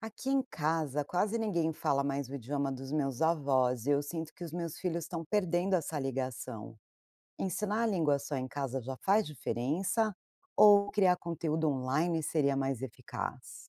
Aqui em casa, quase ninguém fala mais o idioma dos meus avós e eu sinto que os meus filhos estão perdendo essa ligação. Ensinar a língua só em casa já faz diferença? Ou criar conteúdo online seria mais eficaz?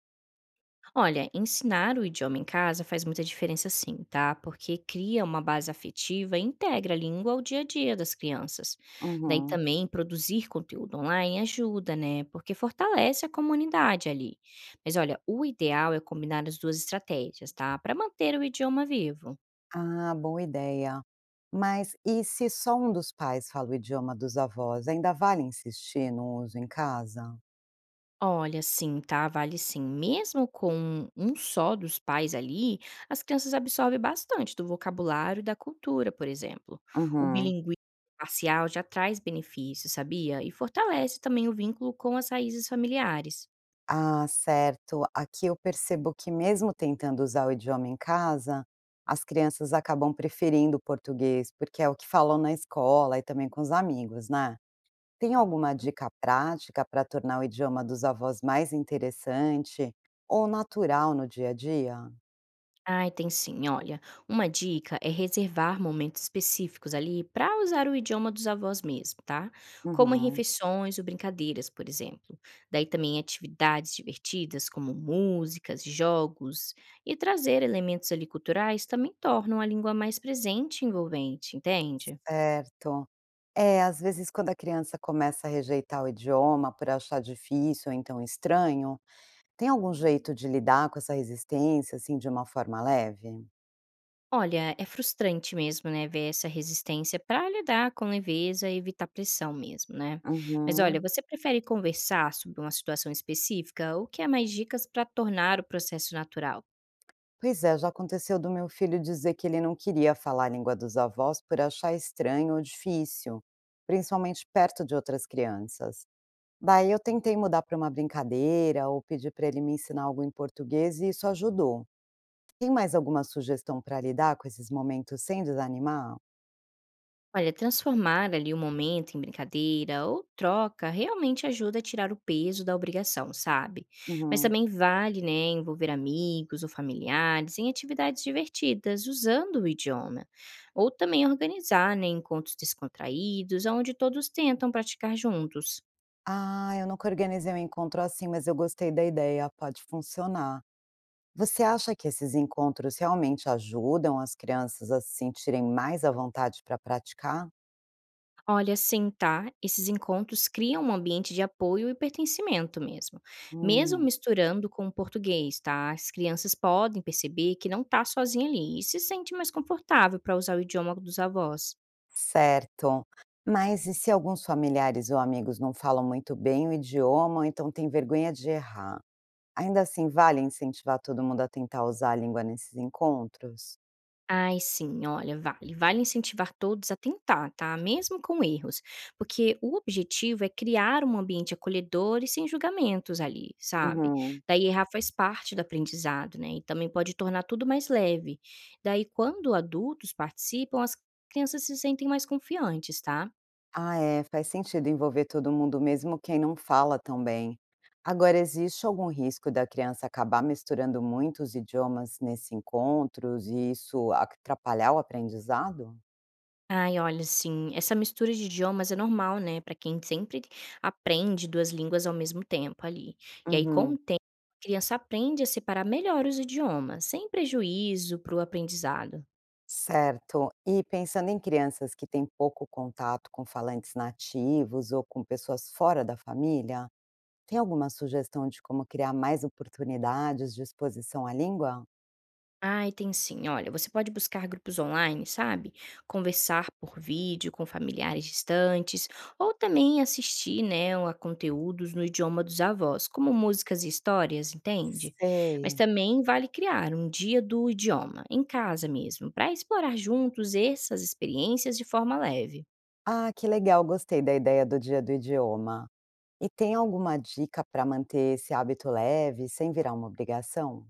Olha, ensinar o idioma em casa faz muita diferença sim, tá? Porque cria uma base afetiva e integra a língua ao dia a dia das crianças. Daí Uhum. também produzir conteúdo online ajuda, né? Porque fortalece a comunidade ali. Mas olha, o ideal é combinar as duas estratégias, tá? Para manter o idioma vivo. Ah, boa ideia. Mas e se só um dos pais fala o idioma dos avós, ainda vale insistir no uso em casa? Olha, sim, tá? Vale sim. Mesmo com um só dos pais ali, as crianças absorvem bastante do vocabulário e da cultura, por exemplo. O Uhum. bilinguismo parcial já traz benefícios, sabia? E fortalece também o vínculo com as raízes familiares. Ah, certo. Aqui eu percebo que, mesmo tentando usar o idioma em casa, as crianças acabam preferindo o português, porque é o que falam na escola e também com os amigos, né? Tem alguma Uhum. dica prática para tornar o idioma dos avós mais interessante ou natural no dia a dia? Ai, tem sim. Olha, uma dica é reservar momentos específicos ali para usar o idioma dos avós mesmo, tá? Como em Uhum, refeições ou brincadeiras, por exemplo. Daí também atividades divertidas, como músicas, jogos, e trazer elementos ali culturais também tornam a língua mais presente e envolvente, entende? certo. É, às vezes quando a criança começa a rejeitar o idioma por achar difícil ou então estranho, tem algum jeito de lidar com essa resistência, assim, de uma forma leve? Olha, é frustrante mesmo, né, ver essa resistência para lidar com leveza e evitar pressão mesmo, né? Mas olha, Uhum. você prefere conversar sobre uma situação específica ou quer mais dicas para tornar o processo natural? Pois é, já aconteceu do meu filho dizer que ele não queria falar a língua dos avós por achar estranho ou difícil, principalmente perto de outras crianças. Daí eu tentei mudar para uma brincadeira ou pedir para ele me ensinar algo em português e isso ajudou. Tem mais alguma sugestão para lidar com esses momentos sem desanimar? Olha, transformar ali o momento em brincadeira ou troca realmente ajuda a tirar o peso da obrigação, sabe? Mas Uhum. também vale, né, envolver amigos ou familiares em atividades divertidas, usando o idioma. Ou também organizar, né, encontros descontraídos, onde todos tentam praticar juntos. Ah, eu nunca organizei um encontro assim, mas eu gostei da ideia, pode funcionar. Você acha que esses encontros realmente ajudam as crianças a se sentirem mais à vontade para praticar? Olha, sentar, esses encontros criam um ambiente de apoio e pertencimento mesmo. Mesmo Hum, misturando com o português, tá? As crianças podem perceber que não tá sozinha ali e se sente mais confortável para usar o idioma dos avós. certo. Mas e se alguns familiares ou amigos não falam muito bem o idioma, ou então têm vergonha de errar? Ainda assim, vale incentivar todo mundo a tentar usar a língua nesses encontros? Ai, sim, olha, vale. Vale incentivar todos a tentar, tá? Mesmo com erros. Porque o objetivo é criar um ambiente acolhedor e sem julgamentos ali, sabe? Uhum. Daí errar faz parte do aprendizado, né? E também pode tornar tudo mais leve. Daí, quando adultos participam, as crianças se sentem mais confiantes, tá? Ah, é, faz sentido envolver todo mundo, mesmo quem não fala tão bem. Agora, existe algum risco da criança acabar misturando muitos idiomas nesses encontros e isso atrapalhar o aprendizado? Ai, olha, assim, essa mistura de idiomas é normal, né, pra quem sempre aprende 2 línguas ao mesmo tempo ali. E aí, com o Uhum, tempo, a criança aprende a separar melhor os idiomas, sem prejuízo para o aprendizado. certo. E pensando em crianças que têm pouco contato com falantes nativos ou com pessoas fora da família, tem alguma sugestão de como criar mais oportunidades de exposição à língua? Ai, tem sim. Olha, você pode buscar grupos online, sabe? Conversar por vídeo com familiares distantes, ou também assistir, né, a conteúdos no idioma dos avós, como músicas e histórias, entende? Mas Sei. também vale criar um dia do idioma, em casa mesmo, para explorar juntos essas experiências de forma leve. Ah, que legal, gostei da ideia do dia do idioma. E tem alguma dica para manter esse hábito leve, sem virar uma obrigação?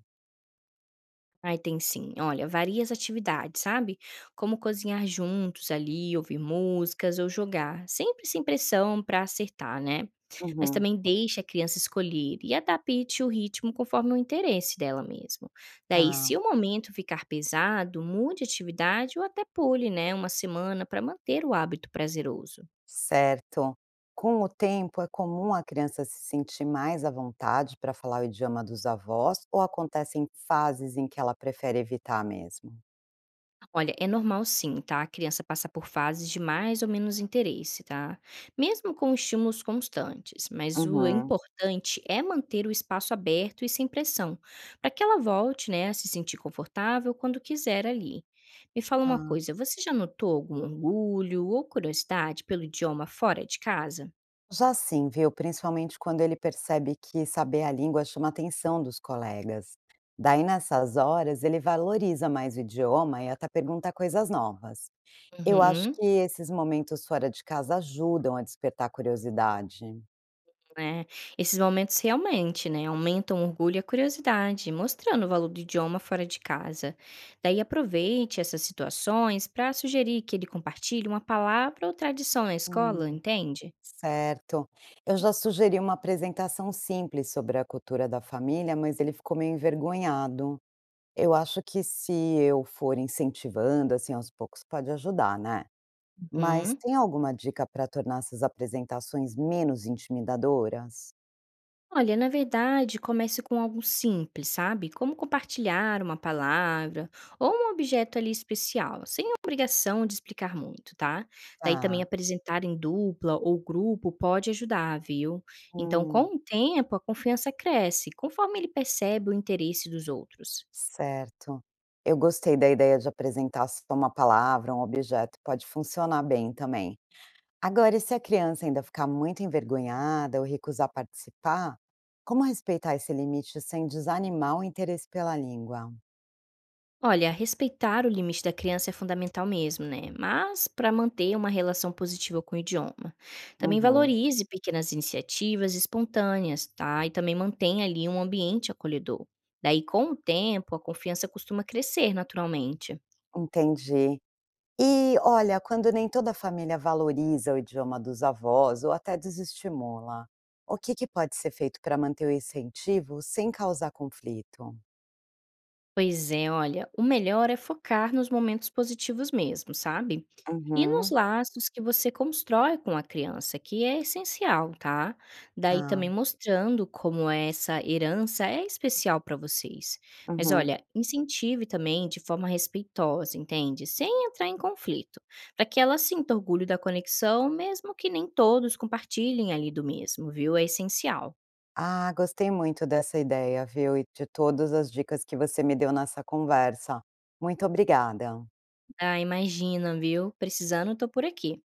Ai, tem sim. Olha, várias atividades, sabe? Como cozinhar juntos ali, ouvir músicas ou jogar, sempre sem pressão para acertar, né? Mas Uhum. também deixe a criança escolher e adapte o ritmo conforme o interesse dela mesmo. Daí, Tá, se o momento ficar pesado, mude a atividade ou até pule, né, uma semana para manter o hábito prazeroso. certo. Com o tempo, é comum a criança se sentir mais à vontade para falar o idioma dos avós ou acontecem fases em que ela prefere evitar mesmo? Olha, é normal sim, tá? A criança passa por fases de mais ou menos interesse, tá? Mesmo com estímulos constantes, mas o Uhum. importante é manter o espaço aberto e sem pressão, para que ela volte, né, a se sentir confortável quando quiser ali. Me fala uma Tá. coisa, você já notou algum orgulho ou curiosidade pelo idioma fora de casa? Já sim, viu? Principalmente quando ele percebe que saber a língua chama a atenção dos colegas. Daí, nessas horas, ele valoriza mais o idioma e até pergunta coisas novas. Eu acho Uhum. que esses momentos fora de casa ajudam a despertar curiosidade. Né, esses momentos realmente, né, aumentam o orgulho e a curiosidade, mostrando o valor do idioma fora de casa. Daí aproveite essas situações para sugerir que ele compartilhe uma palavra ou tradição na escola, Hum. entende? Certo. Eu já sugeri uma apresentação simples sobre a cultura da família, mas ele ficou meio envergonhado. Eu acho que se eu for incentivando, assim, aos poucos, pode ajudar, né? Mas Uhum. tem alguma dica para tornar essas apresentações menos intimidadoras? Olha, na verdade, comece com algo simples, sabe? Como compartilhar uma palavra ou um objeto ali especial, sem obrigação de explicar muito, tá? Daí também Tá. apresentar em dupla ou grupo pode ajudar, viu? Então, Hum. com o tempo, a confiança cresce, conforme ele percebe o interesse dos outros. Certo. Eu gostei da ideia de apresentar só uma palavra, um objeto, pode funcionar bem também. Agora, e se a criança ainda ficar muito envergonhada ou recusar participar, como respeitar esse limite sem desanimar o interesse pela língua? Olha, respeitar o limite da criança é fundamental mesmo, né? Mas para manter uma relação positiva com o idioma. Também Uhum, valorize pequenas iniciativas espontâneas, tá? E também mantenha ali um ambiente acolhedor. Daí, com o tempo, a confiança costuma crescer naturalmente. entendi. E olha, quando nem toda a família valoriza o idioma dos avós ou até desestimula, o que que pode ser feito para manter o incentivo sem causar conflito? Pois é, olha, o melhor é focar nos momentos positivos mesmo, sabe? E nos Uhum, laços que você constrói com a criança, que é essencial, tá? Daí tá. também mostrando como essa herança é especial para vocês. Mas Uhum. olha, incentive também de forma respeitosa, entende? Sem entrar em conflito, para que ela sinta orgulho da conexão, mesmo que nem todos compartilhem ali do mesmo, viu? É essencial. Ah, gostei muito dessa ideia, viu, e de todas as dicas que você me deu nessa conversa. Muito obrigada. Ah, imagina, viu? Precisando, tô por aqui.